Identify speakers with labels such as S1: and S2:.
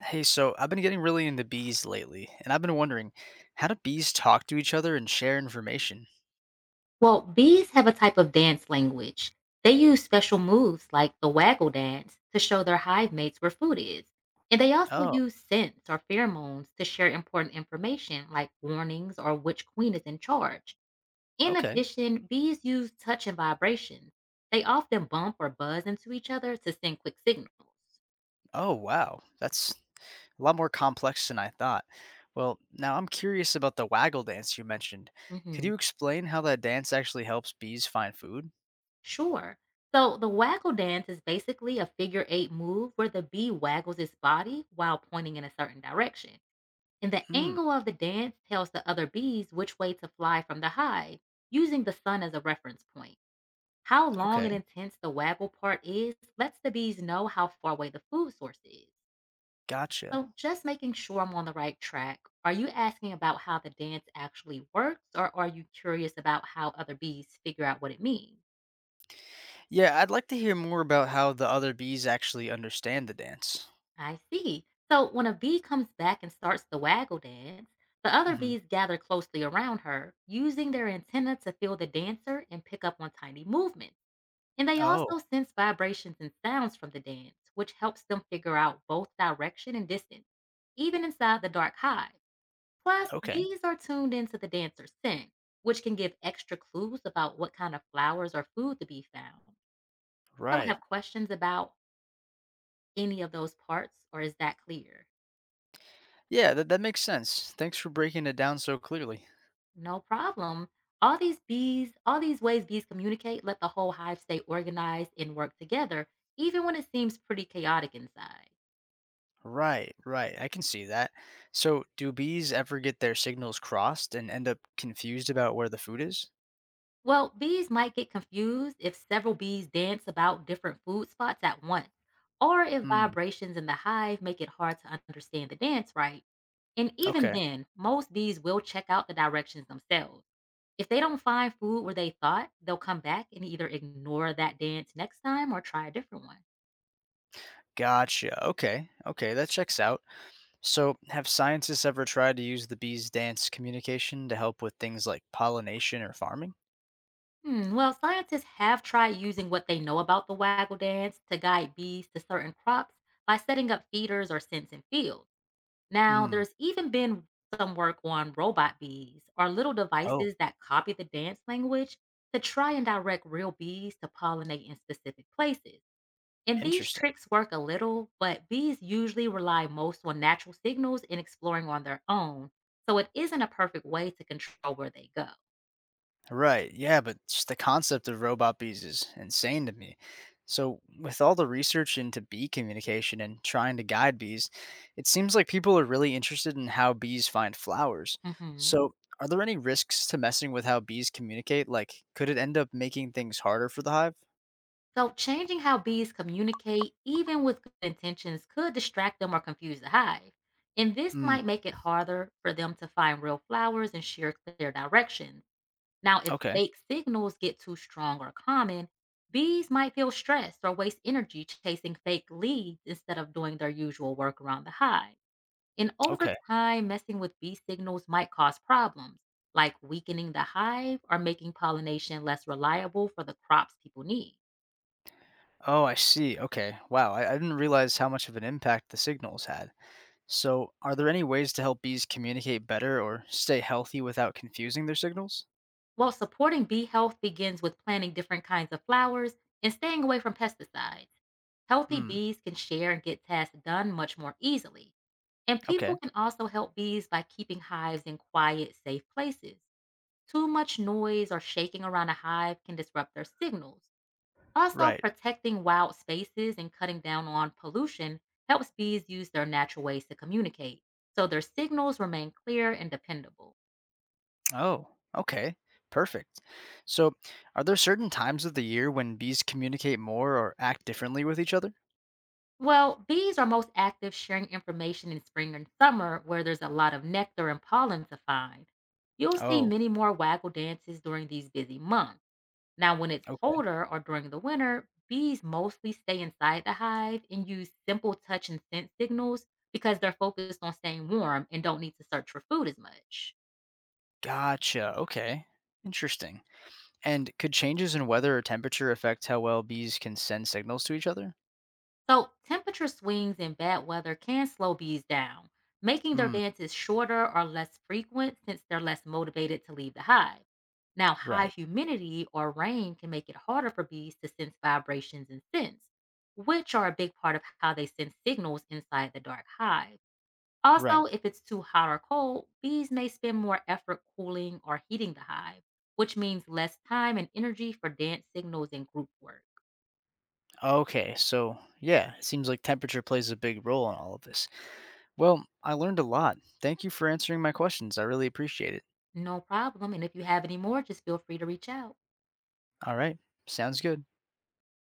S1: Hey, so I've been getting really into bees lately, and I've been wondering, how do bees talk to each other and share information?
S2: Well, bees have a type of dance language. They use special moves like the waggle dance to show their hive mates where food is. And they also
S1: Oh,
S2: use scents or pheromones to share important information like warnings or which queen is in charge. In
S1: okay.
S2: addition, bees use touch and vibrations. They often bump or buzz into each other to send quick signals.
S1: Oh, wow. That's a lot more complex than I thought. Well, now I'm curious about the waggle dance you mentioned. Could
S2: hmm
S1: you explain how that dance actually helps bees find food?
S2: Sure. So the waggle dance is basically a figure eight move where the bee waggles its body while pointing in a certain direction, and the
S1: Hmm,
S2: angle of the dance tells the other bees which way to fly from the hive, using the sun as a reference point. How long
S1: okay.
S2: and intense the waggle part is lets the bees know how far away the food source is.
S1: Gotcha.
S2: So, just making sure I'm on the right track, are you asking about how the dance actually works, or are you curious about how other bees figure out what it means?
S1: Yeah, I'd like to hear more about how the other bees actually understand the dance.
S2: I see. So when a bee comes back and starts the waggle dance, the other
S1: Hmm.
S2: bees gather closely around her, using their antenna to feel the dancer and pick up on tiny movements. And they
S1: Oh,
S2: also sense vibrations and sounds from the dance, which helps them figure out both direction and distance, even inside the dark hive. Plus,
S1: okay.
S2: bees are tuned into the dancer's scent, which can give extra clues about what kind of flowers or food to be found. So,
S1: Right.
S2: have questions about any of those parts, or is that clear?
S1: Yeah, that makes sense. Thanks for breaking it down so clearly.
S2: No problem. All these bees, all these ways bees communicate let the whole hive stay organized and work together, even when it seems pretty chaotic inside.
S1: Right, right. I can see that. So, do bees ever get their signals crossed and end up confused about where the food is?
S2: Well, bees might get confused if several bees dance about different food spots at once, or if
S1: Hmm.
S2: vibrations in the hive make it hard to understand the dance right. And even
S1: Okay.
S2: then, most bees will check out the directions themselves. If they don't find food where they thought, they'll come back and either ignore that dance next time or try a different one.
S1: Gotcha. Okay. Okay. That checks out. So, have scientists ever tried to use the bees' dance communication to help with things like pollination or farming?
S2: Hmm, well, scientists have tried using what they know about the waggle dance to guide bees to certain crops by setting up feeders or scents in fields. Now,
S1: Hmm.
S2: there's even been some work on robot bees or little
S1: Oh,
S2: devices that copy the dance language to try and direct real bees to pollinate in specific places. And these
S1: interesting.
S2: tricks work a little, but bees usually rely most on natural signals and exploring on their own. So it isn't a perfect way to control where they go.
S1: Right. Yeah, but just the concept of robot bees is insane to me. So, with all the research into bee communication and trying to guide bees, it seems like people are really interested in how bees find flowers.
S2: hmm
S1: So, are there any risks to messing with how bees communicate? Like, could it end up making things harder for the hive?
S2: So, changing how bees communicate, even with good intentions, could distract them or confuse the hive. And this
S1: Hmm.
S2: might make it harder for them to find real flowers and share clear directions. Now, if
S1: Okay.
S2: fake signals get too strong or common, bees might feel stressed or waste energy chasing fake leads instead of doing their usual work around the hive. And over
S1: Okay.
S2: time, messing with bee signals might cause problems, like weakening the hive or making pollination less reliable for the crops people need.
S1: Oh, I see. Okay. Wow. I didn't realize how much of an impact the signals had. So, are there any ways to help bees communicate better or stay healthy without confusing their signals?
S2: While supporting bee health begins with planting different kinds of flowers and staying away from pesticides, healthy
S1: Hmm.
S2: bees can share and get tasks done much more easily. And people
S1: Okay.
S2: can also help bees by keeping hives in quiet, safe places. Too much noise or shaking around a hive can disrupt their signals. Also,
S1: Right.
S2: protecting wild spaces and cutting down on pollution helps bees use their natural ways to communicate, so their signals remain clear and dependable.
S1: Oh, okay. Perfect. So, are there certain times of the year when bees communicate more or act differently with each other?
S2: Well, bees are most active sharing information in spring and summer where there's a lot of nectar and pollen to find. You'll see
S1: Oh,
S2: many more waggle dances during these busy months. Now, when it's
S1: okay.
S2: colder or during the winter, bees mostly stay inside the hive and use simple touch and scent signals because they're focused on staying warm and don't need to search for food as much.
S1: Gotcha. Okay. Interesting. And could changes in weather or temperature affect how well bees can send signals to each other?
S2: So, temperature swings and bad weather can slow bees down, making their
S1: Hmm.
S2: dances shorter or less frequent since they're less motivated to leave the hive. Now, high
S1: Right.
S2: humidity or rain can make it harder for bees to sense vibrations and scents, which are a big part of how they send signals inside the dark hive. Also,
S1: Right.
S2: if it's too hot or cold, bees may spend more effort cooling or heating the hive, which means less time and energy for dance signals and group work.
S1: Okay. So, yeah, it seems like temperature plays a big role in all of this. Well, I learned a lot. Thank you for answering my questions. I really appreciate it.
S2: No problem. And if you have any more, just feel free to reach out.
S1: All right. Sounds good.